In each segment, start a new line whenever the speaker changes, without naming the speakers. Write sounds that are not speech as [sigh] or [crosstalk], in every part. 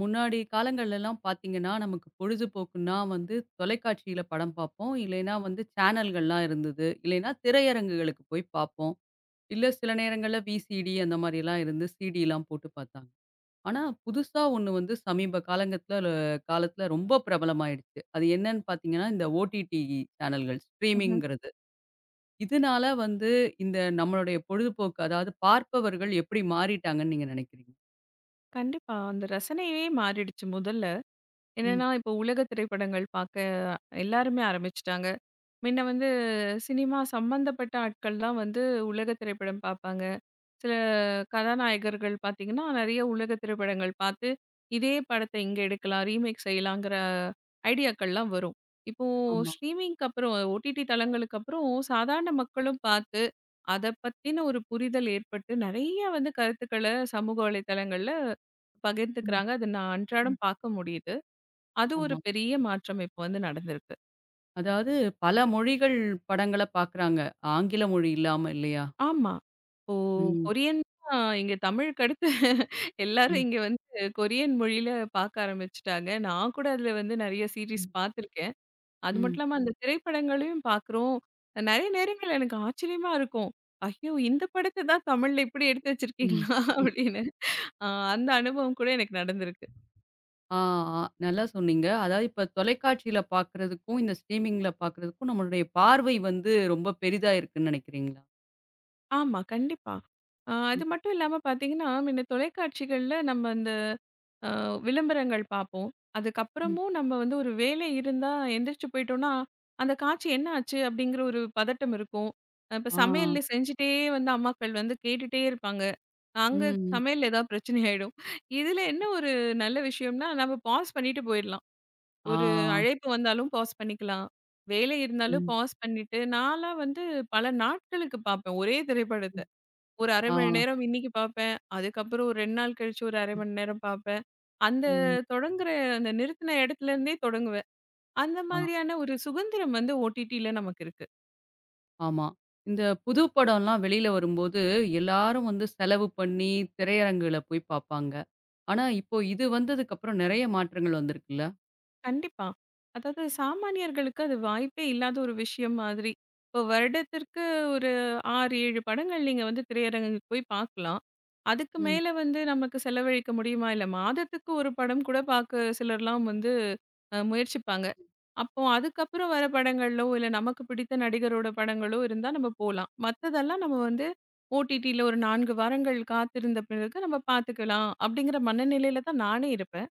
முன்னாடி காலங்கள்லலாம் பார்த்தீங்கன்னா, நமக்கு பொழுதுபோக்குன்னா வந்து தொலைக்காட்சியில படம் பார்ப்போம். இல்லைன்னா வந்து சேனல்கள்லாம் இருந்தது. இல்லைன்னா திரையரங்குகளுக்கு போய் பார்ப்போம். இல்ல சில நேரங்கள்ல விசிடி அந்த மாரிலாம் இருந்து சிடிலாம் போட்டு பார்த்தாங்க. ஆனா புதுசா ஒண்ணு வந்து சமீப காலங்கத்துல ல காலத்துல ரொம்ப பிரபலமாயிடுச்சு. அது என்னன்னு பார்த்தீங்கன்னா, இந்த ஓடிடி சேனல்கள்
ம்ஹ்ம்.
ஸ்ட்ரீமிங்கிறது. இதனால வந்து இந்த நம்மளுடைய பொழுதுபோக்கு அதாவது பார்ப்பவர்கள் எப்படி மாறிட்டாங்கன்னு நீங்க நினைக்கிறீங்க?
கண்டிப்பா. அந்த ரசனையே மாறிடுச்சு முதல்ல.
ம்.
என்னன்னா, இப்போ உலக திரைப்படங்கள் பார்க்க எல்லாருமே ஆரம்பிச்சுட்டாங்க. முன்ன வந்து சினிமா சம்பந்தப்பட்ட ஆட்கள் தான் வந்து உலக திரைப்படம் பார்ப்பாங்க. சில கதாநாயகர்கள் பார்த்தீங்கன்னா, நெறைய உலக திரைப்படங்கள் பார்த்து, இதே படத்த இங்க எடுக்கலாம், ரீமேக் செய்யலாங்கிற ஐடியாக்கள்லாம் வரும். இப்போ
ஆமா.
ஸ்ட்ரீமிங்க்கு அப்புறம் ஓடிடி தளங்களுக்கு அப்புறம் சாதாரண மக்களும் பார்த்து, அத பத்தின ஒரு புரிதல் ஏற்பட்டு, நெறைய வந்து கருத்துக்கள சமூக வலைதளங்கள்ல
ம்.
பகிர்ந்துக்கிறாங்க. அத நான்
ம்.
அன்றாடம் பார்க்க முடியுது. அது ஒரு
ஆமா.
பெரிய மாற்றம் இப்ப வந்து நடந்திருக்கு.
அதாவது பல மொழிகள் படங்கள பார்க்குறாங்க. ஆங்கில மொழி இல்லாம இல்லையா?
ஆமா. இப்போ
ம்.
கொரியன் தான் இங்க தமிழுக்கு அடுத்து எல்லாரும்
ம்.
இங்க வந்து கொரியன் மொழியில பார்க்க ஆரம்பிச்சுட்டாங்க. நான் கூட அதுல வந்து நெறைய சீரிஸ்
ம்.
பார்த்துருக்கேன். அது
ம்.
மட்டும் இல்லாம அந்த திரைப்படங்களையும் பார்க்குறோம். நெறைய நேரங்கள் எனக்கு ஆச்சரியமா இருக்கும். ஐயோ! இந்த படத்த தான் தமிழ்ல இப்படி எடுத்து
ம்.
வச்சிருக்கீங்களா? அப்படின்னு. அ அந்த அனுபவம் கூட எனக்கு நடந்திருக்கு.
ஆ, ஆ. நல்லா சொன்னீங்க. அதாவது இப்ப தொலைக்காட்சியில பார்க்குறதுக்கும், இந்த ஸ்ட்ரீமிங்ல பார்க்குறதுக்கும் நம்மளுடைய பார்வை வந்து ரொம்ப பெரிதா இருக்குன்னு நினைக்கிறீங்களா?
ஆமா, கண்டிப்பா. அது
ம்.
மட்டும் இல்லாம பார்த்தீங்கன்னா, முன்ன தொலைக்காட்சிகள்ல நம்ம அந்த அ விளம்பரங்கள் பார்ப்போம்.
ம்.
அதுக்கப்புறமும் நம்ம வந்து ஒரு வேலை இருந்தா எந்திரிச்சு போயிட்டோம்னா, அந்த காட்சி என்ன ஆச்சு? அப்படிங்கிற ஒரு பதட்டம் இருக்கும். இப்ப
ஆ.
சமையல் செஞ்சுட்டே வந்து அம்மாக்கள் வந்து கேட்டுட்டே இருப்பாங்க. அங்க
ம்.
சமையல்ல ஏதாவது பிரச்சனை ஆயிடும். இதுல என்ன ஒரு நல்ல விஷயம்னா, நம்ம பாஸ் பண்ணிட்டு போயிரலாம்.
ஆ.
ஒரு அழைப்பு வந்தாலும் பாஸ் பண்ணிக்கலாம். வேலை இருந்தாலும்
ம்.
பாஸ் பண்ணிட்டு, நான்லாம் வந்து பல நாட்களுக்கு பார்ப்பேன் ஒரே திரைப்படத்த.
ம்.
ஒரு 1/2
ஆ.
மணி நேரம் இன்னைக்கு பார்ப்பேன். அதுக்கப்புறம் ஒரு 2 நாள் கழிச்சு ஒரு 1/2
ம்.
மணி நேரம் பார்ப்பேன். அந்த
ம்.
தொடங்குற அந்த நிறுத்தின இடத்துல இருந்தே தொடங்குவேன். அந்த
ஆ.
மாதிரியான ஒரு சுதந்திரம் வந்து ஓடிடில நமக்கு இருக்கு.
ஆமா. இந்த புது படம்லாம் வெளியில வரும்போது, எல்லாரும் வந்து செலவு பண்ணி திரையரங்குல போய் பாப்பாங்க. ஆனா, இப்போ இது வந்ததுக்கப்புறம் நெறைய மாற்றங்கள் வந்திருக்குல்ல?
கண்டிப்பா. அதாவது சாமானியர்களுக்கு அது வாய்ப்பே இல்லாத ஒரு விஷயம் மாதிரி. இப்போ வருடத்திற்கு ஒரு 6, 7 படங்கள் நீங்க வந்து திரையரங்குக்கு போய் பார்க்கலாம். அதுக்கு
ம்.
மேல வந்து நமக்கு செலவழிக்க முடியுமா? இல்ல மாதத்துக்கு ஒரு படம் கூட பார்க்க சிலர்லாம் வந்து முயற்சிப்பாங்க. அப்போ அதுக்கப்புறம் வர படங்களோ, இல்ல நமக்கு பிடித்த நடிகரோட படங்களோ இருந்தா நம்ம போலாம். மத்ததெல்லாம் நம்ம வந்து ஓடிடில ஒரு 4 வாரங்கள் காத்திருந்த பிறகு நம்ம பார்த்துக்கலாம். அப்படிங்கிற மனநிலையில தான் நானே இருப்பேன்.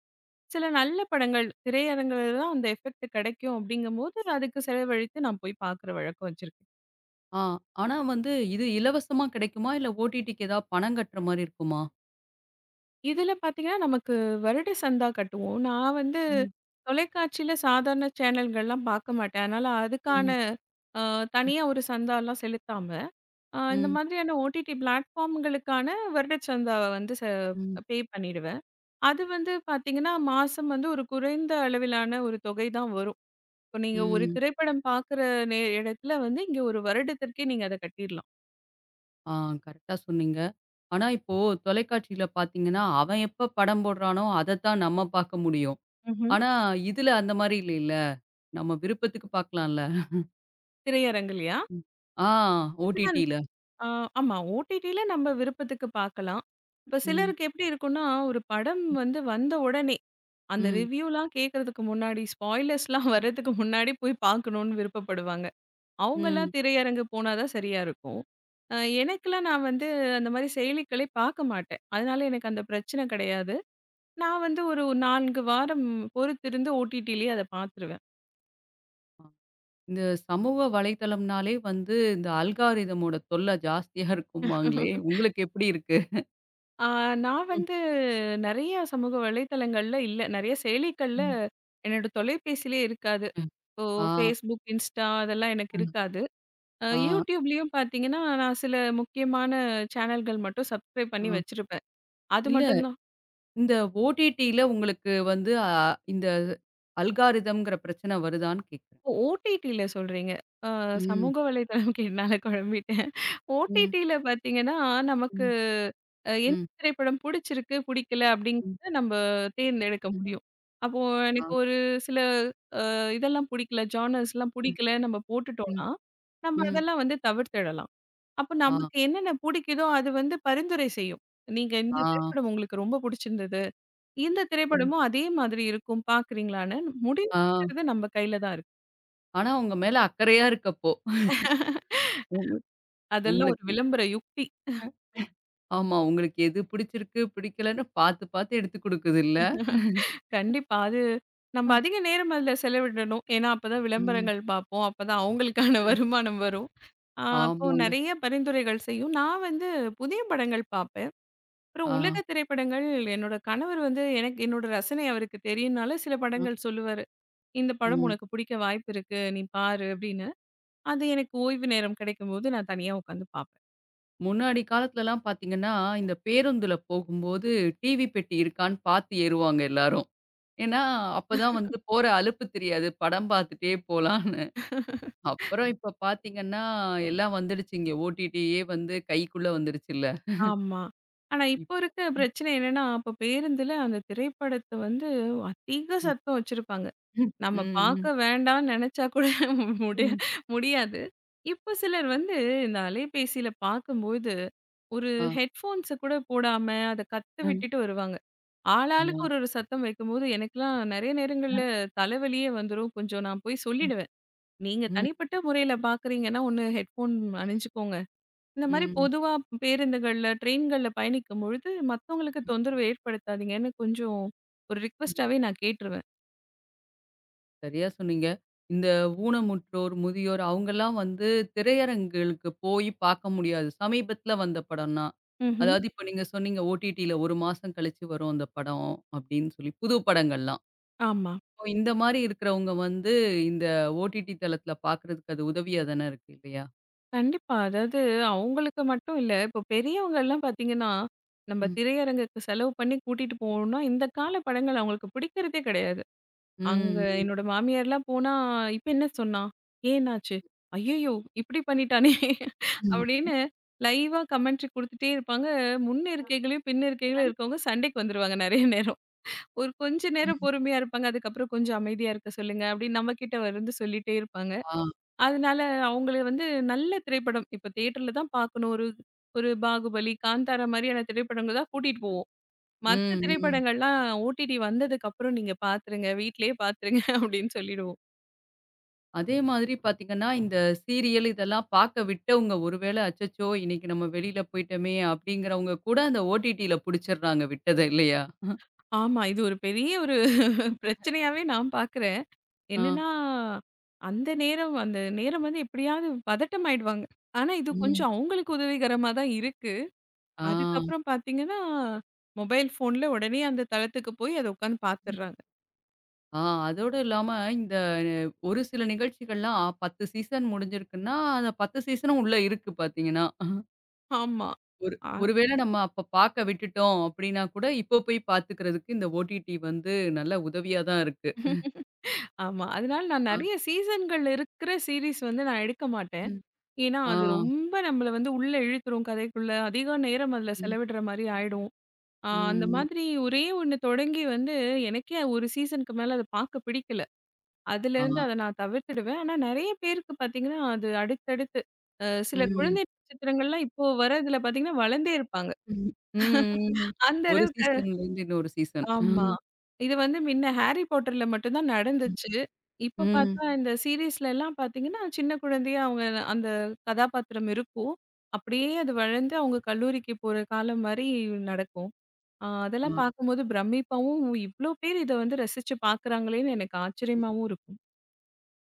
சில நல்ல படங்கள் திரையரங்குல தான் அந்த எஃபெக்ட் கிடைக்கும் அப்படிங்கும்போது, அதுக்கு செலவழித்து நான் போய் பார்க்குற வழக்கம் வச்சிருக்கேன்.
ஆ. ஆனா வந்து இது இலவசமா கிடைக்குமா? இல்ல ஓடிடிக்கு ஏதாவது பணம் கட்டுற மாரி இருக்குமா?
இதுல பார்த்தீங்கன்னா, நமக்கு வருட சந்தா கட்டுவோம். நான் வந்து
ம்,
தொலைக்காட்சியில சாதாரண சேனல்கள்லாம் பார்க்க மாட்டேன். அதனால அதுக்கான
ம்,
அ தனியா ஒரு சந்தாலாம் செலுத்தாம, இந்த
ம்,
மாதிரியான ஓடிடி பிளாட்ஃபார்ம்களுக்கான வருட சந்தாவ வந்து
ம்.
பே பண்ணிடுவேன். அது வந்து பார்த்தீங்கன்னா, மாசம் வந்து ஒரு குறைந்த அளவிலான ஒரு தொகை தான் வரும். இப்போ நீங்க ஒரு
ம்.
திரைப்படம் பாக்குற இடத்துல வந்து, இங்க ஒரு வருடத்திற்கே நீங்க அத கட்டிர்லாம்.
ஆ கரெக்ட்டா சொன்னீங்க. ஆனா, இப்போ தொலைக்காட்சியில பார்த்தீங்கன்னா, அவன் எப்ப படம் போடுறானோ, அதத்தான் நம்ம பாக்க முடியும்.
ம்ஹ்ம்.
ஆனா, இதுல அந்த மாரி இல்லைல்ல. நம்ம விருப்பத்துக்கு பாக்கலாம்ல.
திரையரங்குலயா?
ம். ஆ
இப்பதான்
ஓடிடில.
ஆ ஆமா. ஓடிடில நம்ம விருப்பத்துக்கு பார்க்கலாம். இப்ப
ம்,
சிலருக்கு எப்படி இருக்கும்னா, ஒரு படம் வந்து வந்த உடனே, அந்த
ம்,
ரிவ்யூலாம் கேட்கறதுக்கு முன்னாடி, ஸ்பாய்லர்ஸ்லாம் [laughs] வர்றதுக்கு முன்னாடி போய் பார்க்கணும்னு விருப்பப்படுவாங்க. அவங்கலாம்
ம்.
திரையரங்கு போனா தான் சரியா இருக்கும். அ எனக்கெல்லாம் நான் வந்து அந்த மாரி செயலிகளே பார்க்க மாட்டேன். அதனால எனக்கு அந்த பிரச்சனை கிடையாது. நான் வந்து ஒரு 4 வாரம் பொறுத்திருந்து ஓடிடிலயே அத பார்த்துருவேன்.
ஆம். இந்த சமூக வலைத்தளம்னாலே வந்து இந்த அல்காரிதமோட தொல்லை ஜாஸ்தியா இருக்கும்பாங்களே! உங்களுக்கு எப்படி இருக்கு?
ஆ நான்
ம்,
வந்து நெறைய சமூக வலைதளங்கள்ல இல்ல, நெறைய செயலிகள்ல
ம்.
என்னோட தொலைபேசியிலே இருக்காது.
ம்.
இப்போ
ஆ,
Facebook, Insta அதெல்லாம் எனக்கு
ம்.
இருக்காது.
ஆ,
YouTubeலயும் பார்த்தீங்கன்னா, நான் சில முக்கியமான சேனல்கள் மட்டும் சப்ஸ்கிரைப் பண்ணி
ஆ.
வச்சிருப்பேன். அது
இல்ல
மட்டும் தான்.
இந்த ஓடிடில உங்களுக்கு வந்து இந்த அல்காரிதம்ங்கிற பிரச்சனை வருதான்னு கேட்கிறேன்.
ஓ! ஓடிடில சொல்றீங்க. அ
ம்,
சமூக வலைதளம்க்கு [laughs] என்னால குழம்பிட்டேன்.
ம்,
ஓடிடில பார்த்தீங்கன்னா, நமக்கு
ம்,
எந்த
ம்.
திரைப்படம் புடிச்சிருக்கு, புடிக்கல
ம்,
அப்படிங்கிறத நம்ம தேர்ந்தெடுக்க முடியும். அப்போ
ஆ.
எனக்கு ஒரு சில இதெல்லாம் புடிக்கல, ஜானர்ஸ்லாம்
ம்,
புடிக்கல நம்ம
ம்.
போட்டுட்டோம்னா, நம்ம
ம்.
அதெல்லாம் வந்து தவிர்த்திடலாம். அப்போ
ஆ,
நமக்கு என்னென்ன புடிக்குதோ அது வந்து பரிந்துரை செய்யும். நீங்க இந்த
ஆ,
திரைப்படம் உங்களுக்கு ரொம்ப புடிச்சிருந்தது. இந்த
ம்.
திரைப்படமும் அதே மாதிரி இருக்கும் பார்க்குறீங்களான்னு
ஆ.
முடிவெடுக்கிறது நம்ம கையில தான்
ஆனா உங்க மேல அக்கறையா இருக்கப்போ.
இருக்கு.
உங்க
அதெல்லாம் ஒரு
உங்களுக்கு
விளம்பர யுக்தி.
ஆமா. உங்களுக்கு எது பிடிச்சிருக்கு, பிடிக்கலன்னு பார்த்து, பார்த்து எடுத்து குடுக்குது இல்ல?
கண்டிப்பா. அது நம்ம
அஹ்,
அதிக நேரம் அதில செலவிடணும். ஏன்னா, அப்பதான்
ம்,
விளம்பரங்கள் பார்ப்போம். அப்பதான் அவங்களுக்கான [laughs]
ம்.
வருமானம் வரும். அப்போ
ஆமாங்க.
நெறைய பரிந்துரைகள் செய்யும். நான் வந்து புதிய படங்கள் பார்ப்பேன். அப்புறம்
ஆ.
உலக திரைப்படங்கள் என்னோட கணவர் வந்து எனக்கு என்னோட ரசனை அவருக்கு தெரியும்னால சில
அ,
படங்கள் சொல்லுவாரு. "இந்த படம்
ம்.
உனக்கு பிடிக்க வாய்ப்பு இருக்கு. நீ பாரு" அப்படின்னு. அது எனக்கு ஓய்வு நேரம் கிடைக்கும்போது நான் தனியா உட்காந்து பார்ப்பேன்.
முன்னாடி காலத்துலலாம் பார்த்தீங்கன்னா, இந்த பேருந்துல போகும்போது டிவி பெட்டி இருக்கான்னு பார்த்து ஏறுவாங்க எல்லாரும். ஏன்னா, அப்பதான் வந்து போற அலுப்பு தெரியாது. படம் பார்த்துட்டே போலான்னு. அப்புறம் இப்ப பார்த்தீங்கன்னா, எல்லாம் வந்துடுச்சு இங்க ஓடிடியே வந்து கைக்குள்ள வந்துருச்சுல்ல.
ஆமா. ஆனா, இப்போ
இப்போ
இருக்க
ம்,
பிரச்சனை என்னன்னா, அப்ப பேருந்துல அந்த திரைப்படத்த வந்து அதிக
ம்.
சத்தம் வச்சிருப்பாங்க. நம்ம பார்க்க
ம்,
வேண்டான்னு நெனச்சா கூட [laughs] முடிய
ம்.
முடியாது. இப்ப சிலர் வந்து இந்த அலைபேசியில பார்க்கும்போது, ஒரு
ஆ,
ஹெட்ஃபோன்ஸ கூட போடாம அத கத்த
ம். ஆ. ம்.
விட்டுட்டு வருவாங்க. ஆளாளுக்கு
அதான்.
ஒரு ஒரு சத்தம் வைக்கும்போது, எனக்கெல்லாம் நெறைய நேரங்கள்ல தலைவலியே வந்துரும். கொஞ்சம் நான் போய் சொல்லிடுவேன். நீங்க தனிப்பட்ட முறையில பார்க்குறீங்கன்னா, ஒண்ணு ஹெட்ஃபோன் அணிஞ்சுக்கோங்க. இந்த மாரி
ம்,
பொதுவா பேருந்துகள்ல, ட்ரெயின்கள்ல பயணிக்கும்பொழுது, மத்தவங்களுக்கு தொந்தரவு ஏற்படுத்தாதீங்கன்னு கொஞ்சம் ஒரு
ம்.
ரிக்வெஸ்ட்டாவே நான் கேட்டுருவேன்.
சரியா சொன்னீங்க. இந்த ஊனமுற்றோர், முதியோர் அவங்கலாம் வந்து திரையரங்குகளுக்கு போய் பார்க்க முடியாது. சமீபத்தில வந்த படம்னா.
ம்ஹ்ம்.
அதாவது இப்ப நீங்க சொன்னீங்க ஓடிடில 1 மாசம் கழிச்சு வரும் அந்த படம் அப்படின்னு சொல்லி, புது படங்கள்லாம்.
ஆமா.
இப்போ இந்த மாரி இருக்கிறவங்க வந்து இந்த ஓடிடி தளத்தில பார்க்கறதுக்கு அது உதவியா தானே இருக்கு இல்லையா?
கண்டிப்பா. அதாவது அவங்களுக்கு மட்டும் இல்ல. இப்போ பெரியவங்கலாம் பார்த்தீங்கன்னா, நம்ம
ம்.
திரையரங்குக்கு செலவு பண்ணி கூட்டிட்டு போவோம்னா, இந்த கால படங்கள் அவங்களுக்கு பிடிக்கிறதே கிடையாது. அங்க
ம்.
என்னோட மாமியார்லாம் போனா, "இப்ப என்ன சொன்னா? ஏன் என்னாச்சு? ஐயய்யோ! இப்படி பண்ணிட்டானே!"
ம்.
அப்படின்னு லைவா கமெண்ட்ரி குடுத்துட்டே இருப்பாங்க. முன் இருக்கைகளையும், பின் இருக்கைகளையும் இருக்கவங்க சண்டைக்கு வந்துருவாங்க நெறைய நேரம். ஒரு கொஞ்ச நேரம்
ம்.
பொறுமையா இருப்பாங்க. அதுக்கப்புறம் கொஞ்சம் அமைதியா இருக்க சொல்லுங்க அப்படின்னு நம்மகிட்ட வந்து சொல்லிட்டே இருப்பாங்க.
ஆ.
அதனால அவங்கள வந்து நல்ல திரைப்படம் இப்ப தியேட்டர்ல தான் பார்க்கணும். ஒரு ஒரு பாகுபலி, காந்தாரா மாரியான திரைப்படங்கள் தான் கூட்டிட்டு போவோம்.
ம்.
மத்த
ம்.
திரைப்படங்கள்லாம் ஓடிடி வந்ததுக்கப்புறம் நீங்க பார்த்துருங்க. வீட்லயே பார்த்துருங்க [laughs] அப்படின்னு சொல்லிடுவோம்.
அதே மாதிரி பார்த்தீங்கன்னா, இந்த சீரியல் இதெல்லாம் பார்க்க விட்டவங்க ஒருவேளை அச்சச்சோ! இன்னைக்கு நம்ம வெளியில போயிட்டோமே அப்டிங்கிறவங்க கூட அந்த ஓடிடில புடிச்சிடுறாங்க விட்டத இல்லையா?
ஆமா. இது ஒரு பெரிய ஒரு பிரச்சனையாவே நான் பார்க்குறேன்.
ஆ.
என்னன்னா, அந்த நேரம் அந்த நேரம் வந்து எப்படியாவது பதட்டம் ஆயிடுவாங்க. ஆனா, இது
ம்.
கொஞ்சம் அவங்களுக்கு உதவிகரமா தான் இருக்கு.
ஆ.
அதுக்கப்புறம் பார்த்தீங்கன்னா, மொபைல் ஃபோன்ல உடனே அந்த தளத்துக்கு போய் அத உட்காந்து
ம்.
பார்த்துடுறாங்க.
ஆ அதோட இல்லாம இந்த ஒரு சில நிகழ்ச்சிகள்லாம் 10 சீசன் முடிஞ்சிருக்குன்னா, அந்த 10 சீசனும் உள்ள இருக்கு பார்த்தீங்கன்னா.
ஆமா.
ஒரு
ஆ
ஒருவேளை நம்ம அப்ப பார்க்க விட்டுட்டோம் அப்டின்னா கூட, இப்போ போய் பார்த்துக்கிறதுக்கு இந்த ஓடிடி வந்து நல்ல உதவியா தான் இருக்கு.
ஆமா. அதனால நான்
ஆ.
நெறைய சீசன்கள் இருக்கிற சீரிஸ் வந்து நான் எடுக்க மாட்டேன்.
ம்.
ஏன்னா,
ஆ.
அது ரொம்ப நம்மள வந்து உள்ள இழுத்துரும் கதைக்குள்ள. அதிக நேரம் அதுல
ம்.
செலவிடுற மாரி ஆயிடும். ஆ
ம்.
அந்த
ம்.
மாதிரி ஒரே ஒண்ணு தொடங்கி வந்து எனக்கே ஒரு சீசனுக்கு மேல அத பார்க்க பிடிக்கல.
ஆ.
அதுலேருந்து அத நான் தவிர்த்துடுவேன். ஆனா நெறைய பேருக்கு பார்த்தீங்கன்னா, அது அடுத்தடுத்து சில
ம்.
குழந்தை நட்சத்திரங்கள்லாம் இப்போ வர்றதுல பார்த்தீங்கன்னா, வளர்ந்தே இருப்பாங்க.
ம். ம், ம்.
அந்த
ஒரு
அளவுக்கு
சீசன்லேருந்து இன்னொரு சீசன்.
ஆமா.
ம்.
இது வந்து முன்ன ஹாரி பாட்டர்ல மட்டும் தான்
ம்.
நடந்துச்சு. இப்ப
ம். ம்.
பார்த்தா இந்த சீரிஸ்லலாம் பார்த்தீங்கன்னா, சின்ன குழந்தையா அவங்க அந்த கதாபாத்திரம் இருக்கும். அப்படியே அது வளர்ந்து அவங்க கல்லூரிக்கு போற காலம் மாரி நடக்கும்.
ஆ.
அதெல்லாம் பார்க்கும்போது பிரமிப்பாவும், இவ்ளோ பேர் இத வந்து ரசிச்சு பார்க்குறாங்களேன்னு எனக்கு ஆச்சரியமாவும் இருக்கும்.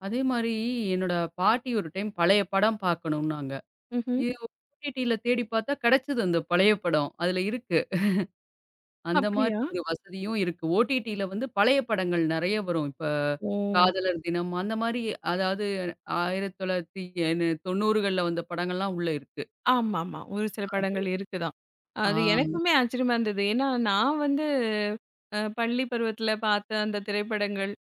அதே மாரி என்னோட பாட்டி ஒரு டைம் பழைய படம் பார்க்கணும்னாங்க.
ம்ஹ்ம்.
இது ஓடிடில தேடி பார்த்தா கிடைச்சது அந்த பழைய படம். அதுல இருக்கு. அந்த மாரி
அப்படியா?
ஒரு வசதியும் இருக்கு. ஓடிடில வந்து பழைய படங்கள் நெறைய வரும். இப்ப
ஓ!
காதலர் தினம் அந்த மாரி அதாவது 1990கள்ல வந்த படங்கள்லாம் உள்ள இருக்கு.
ஆமாமா. ஒரு சில படங்கள் இருக்கு தான்.
ஆ.
அது எனக்குமே ஆச்சரியமா இருந்தது. ஏன்னா, நான் வந்து பள்ளி பருவத்தில பார்த்த அந்த திரைப்படங்கள்,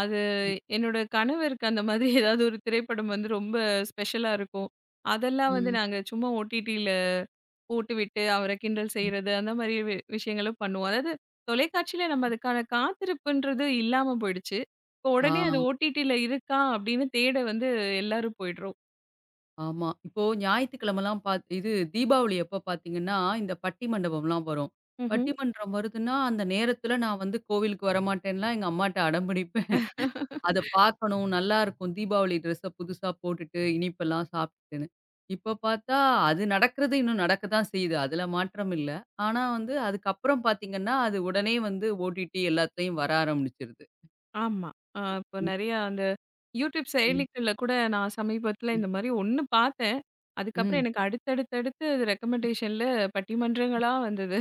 அது
ம்.
என்னோட கணவருக்கு அந்த மாதிரி [laughs] ஏதாவது ஒரு திரைப்படம் வந்து ரொம்ப ஸ்பெஷலா இருக்கும். அதெல்லாம் வந்து
ம்.
நாங்க சும்மா ஓடிடில போட்டுவிட்டு அவர கிண்டல்
ம்.
செய்றது, அந்த மாதிரி விஷயங்களும் பண்ணுவோம். அதாவது தொலைக்காட்சியில நம்ம அதுக்கான காத்திருப்புன்றது இல்லாம போயிடுச்சு. இப்போ உடனே அது
ஆ.
ஓடிடில இருக்கா அப்படின்னு தேட வந்து எல்லாரும் போயிடுறோம்.
ஆமா. இப்போ ஞாயித்துக்கிழமலாம் பாத் இது தீபாவளி எப்ப பாத்தீங்கன்னா, இந்த பட்டி மண்டபம்லாம் வரும்.
ம்ஹ்ம்.
பட்டி மன்றம் வருதுன்னா, அந்த நேரத்துல நான் வந்து கோவிலுக்கு வரமாட்டேன்லாம் எங்க அம்மாட்ட அடம் பிடிப்பேன். [laughs] அத பாக்கணும், நல்லாருக்கும். தீபாவளி ட்ரெஸ்ஸ புதுசா போட்டுட்டு, இனிப்பெல்லாம் சாப்ட்டுட்டுன்னு. இப்ப பாத்தா, அது நடக்கிறது இன்னும் நடக்க தான் செய்யுது. அதுல மாற்றம் இல்ல. ஆனா வந்து அதுக்கப்புறம் பாத்தீங்கன்னா, அது உடனே வந்து ஓடிடி எல்லாத்துலயும் வர ஆரம்பிச்சுருது.
ஆமா. இப்போ
ம்,
நெறையா அந்த YouTube
ம்,
செயலிகள்ல கூட நான் சமீபத்தில
ம்,
இந்த மாரி ஒண்ணு பார்த்தேன். அதுக்கப்புறம்
ம்,
எனக்கு அடுத்தடுத்தடுத்து அது ரெக்கமெண்டேஷன்ல பட்டிமன்றங்களா வந்தது.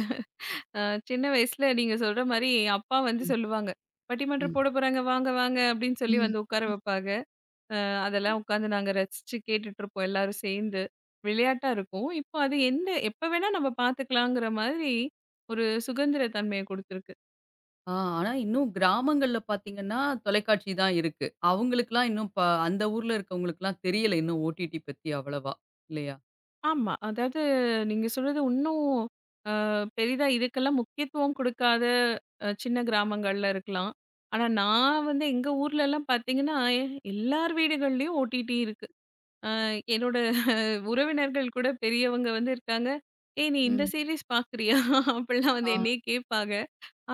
அ சின்ன வயசுல நீங்க சொல்ற மாரி அப்பா வந்து சொல்லுவாங்க. "பட்டிமன்றம்
ம்,
போட போறாங்க வாங்க, வாங்க" அப்படின்னு சொல்லி
ம்.
வந்து உட்கார வைப்பாங்க. அ அதெல்லாம் உட்காந்து நாங்க ரசிச்சு கேட்டுட்டுருப்போம் எல்லாரும் சேர்ந்து. விளையாட்டா இருக்கும். இப்போ அது எந்த எப்ப வேணா நம்ம பார்த்துக்கலாங்கிற மாதிரி ஒரு சுதந்திர தன்மைய குடுத்துருக்கு.
ஆ, ஆனா இன்னும் கிராமங்கள்ல பார்த்தீங்கன்னா, தொலைக்காட்சி தான் இருக்கு. அவங்களுக்கெல்லாம் இன்னும் ப அந்த ஊர்ல இருக்கவங்களுக்கெல்லாம் தெரியல இன்னும் ஓடிடி பத்தி அவ்வளவா, இல்லையா?
ஆமா. அதாவது நீங்க சொல்றது இன்னும் அ பெரிதா இதுக்கெல்லாம் முக்கியத்துவம் குடுக்காத சின்ன கிராமங்கள்ல இருக்கலாம். ஆனா நான் வந்து எங்க ஊர்லலாம் பார்த்தீங்கன்னா, எல்லார் வீடுகள்லயும் ஓடிடி இருக்கு. அ என்னோட [laughs] உறவினர்கள் கூட பெரியவங்க வந்து இருக்காங்க. "ஏய் நீ இந்த
ம்.
சீரிஸ் பார்க்குறியா?" [laughs] அப்படிலாம் வந்து
ஆ,
என்னையே கேட்பாங்க.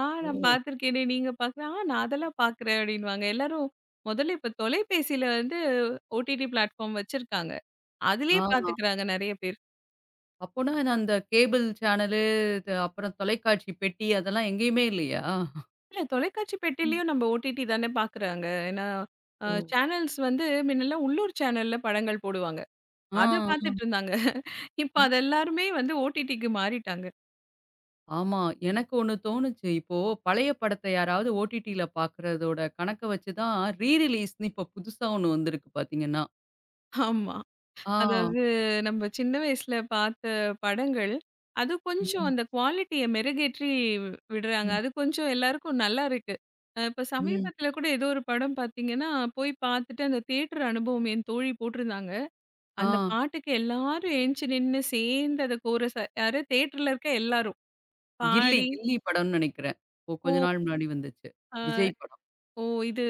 "ஆ
ஓ!
நான் பார்த்துருக்கேனே, நீங்க பார்க்கல?" "ஆ நான் அதெல்லாம் பார்க்குறேன்" அப்படின்னுவாங்க. எல்லாரும் முதல்ல இப்ப தொலைபேசியில வந்து ஓடிடி பிளாட்ஃபார்ம் வச்சிருக்காங்க.
ஆ
அதிலேயே பார்த்துக்கிறாங்க நெறைய பேர்.
அப்போனா நான் அந்த கேபிள் சேனலு, த அப்புறம் தொலைக்காட்சி பெட்டி அதெல்லாம் எங்கேயுமே இல்லையா?
இல்ல தொலைக்காட்சி
ம்.
பெட்டிலயும் நம்ம ஓடிடி தானே பாக்குறாங்க. ஏன்னா,
ஓ!
சேனல்ஸ் வந்து முன்னெல்லாம் உள்ளூர் சேனல்ல படங்கள் போடுவாங்க.
ஆ,
அத
ஆ.
பாத்துட்டு இருந்தாங்க. இப்ப அது எல்லாருமே வந்து ஓடிடிக்கு மாறிட்டாங்க.
ஆமா. எனக்கு ஒண்ணு தோணுச்சு. இப்போ பழைய படத்த யாராவது ஓடிடில பார்க்குறதோட கணக்க வச்சு தான் ரீ ரிலீஸ்ன்னு இப்போ புதுசா ஒண்ணு வந்திருக்கு பார்த்தீங்கன்னா.
ஆமா.
ஆ.
அதாவது நம்ம சின்ன வயசுல பாத்த படங்கள், அது கொஞ்சம்
ம்.
அந்த குவாலிட்டிய மெருகேற்றி விடுறாங்க.
ம்.
அது கொஞ்சம் எல்லாருக்கும் நல்லா இருக்கு. இப்ப
ம்.
சமீபத்துல கூட ஏதோ ஒரு படம் பாத்தீங்கன்னா, போய் பாத்துட்டு அந்த தியேட்டர் அனுபவம் என் தோழி போட்டிருந்தாங்க.
ஆ.
அந்த பாட்டுக்கு எல்லாரும் ஏஞ்சு நின்னு சேர்ந்து அந்த கோரஸ் யாரு தியேட்டர்ல இருக்க எல்லாரும்
கில்லி,
பாடி,
கில்லி படம்னு நெனைக்கிறேன். இப்போ கொஞ்ச
"ஓ!
நாள் முன்னாடி வந்துச்சு.
அ
விஜய் படம்.
ஓ! இது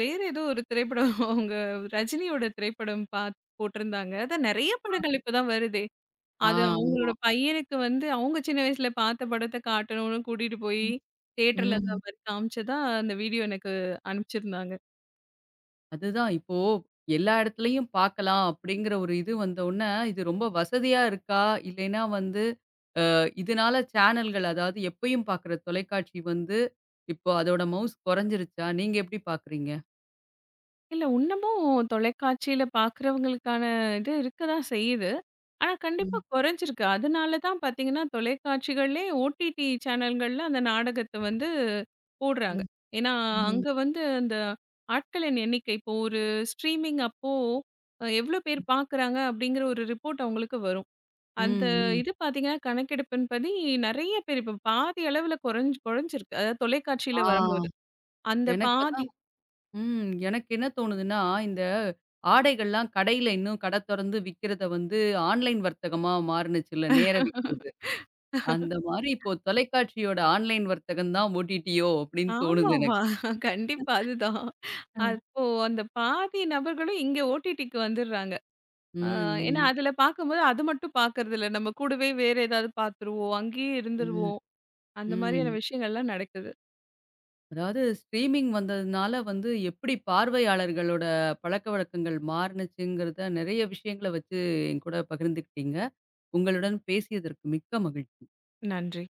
வேற ஏதோ ஒரு திரைப்படம் [laughs] அவங்க ரஜினியோட திரைப்படம் பாத் போட்டிருந்தாங்க. அதான் நெறைய படங்கள் இப்ப தான் வருதே."
ஆ
அது
ஆமா.
அவங்களோட பையனுக்கு வந்து அவங்க சின்ன வயசுல பார்த்த படத்த காட்டணும்னு கூட்டிட்டு போய் தியேட்டர்ல அந்த
ம்.
மாரி காமிச்சதா அந்த வீடியோ எனக்கு அனுப்பிச்சிருந்தாங்க.
அதுதான் இப்போ எல்லா இடத்துலயும் பார்க்கலாம் அப்படிங்கிற ஒரு இது வந்தவுனே, இது ரொம்ப வசதியா இருக்கா? இல்லைன்னா வந்து இதனால சேனல்கள் அதாவது எப்பயும் பார்க்குற தொலைக்காட்சி வந்து, இப்போ அதோட மவுஸ் கொறைஞ்சிருச்சா? நீங்க எப்படி பார்க்குறீங்க?
இல்ல இன்னமும் தொலைக்காட்சியில பார்க்குறவங்களுக்கான இது இருக்க தான் செய்யுது. ஆனா கண்டிப்பா
ம்,
குறைஞ்சிருக்கு. அதனால தான் பார்த்தீங்கன்னா, தொலைக்காட்சிகள்லே ஓடிடி சேனல்கள்ல அந்த நாடகத்த வந்து போடுறாங்க.
ம்,
ஏன்னா,
ம்,
அங்க வந்து அந்த ஆட்களின் எண்ணிக்கை இப்போ ஒரு ஸ்ட்ரீமிங் அப்போ எவ்வளோ பேர் பார்க்குறாங்க அப்படிங்கிற ஒரு ரிப்போர்ட் அவங்களுக்கு வரும். அந்த
ம், ம்.
இது பார்த்தீங்கன்னா, கணக்கெடுப்பின்படி நெறைய பேர் இப்போ பாதி அளவுல குறைஞ்சிருக்கு. அதாவது தொலைக்காட்சியில
ஆ.
வரும்போது. அந்த
எனக்கு
பாதி
அதான் ம். எனக்கு என்ன தோணுதுன்னா, இந்த ஆடைகள்லாம் கடையில இன்னும் கடை தொறந்து விக்கிறத வந்து ஆன்லைன் வர்த்தகமா மாறுனுச்சுல்ல, நேர விக்கிறது. அந்த மாரி இப்போ தொலைக்காட்சியோட ஆன்லைன் வர்த்தகம் தான் ஓடிடியோ அப்படின்னு தோணுது
ஆமாமா.
எனக்கு.
கண்டிப்பா அதுதான்.
ம்.
அப்போ அந்த பாதி நபர்களும் இங்க ஓடிடிக்கு வந்துடுறாங்க. அ ஏன்னா
ம்,
அதுல பார்க்கும்போது அது மட்டும் பார்க்கறதில்ல. நம்ம கூடவே வேற ஏதாவது பார்த்துருவோம். அங்கேயே
ம்,
இருந்துருவோம். அந்த மாதிரியான
ம்.
விஷயங்கள்லாம் நடக்குது.
அதாவது ஸ்ட்ரீமிங் வந்ததுனால வந்து எப்படி பார்வையாளர்களோட பழக்கவழக்கங்கள் மாறுனுச்சுங்கிறத நெறைய விஷயங்கள வச்சு என்கூட பகிர்ந்துக்கிட்டீங்க. உங்களுடன் பேசியதற்கு மிக்க மகிழ்ச்சி.
நன்றி.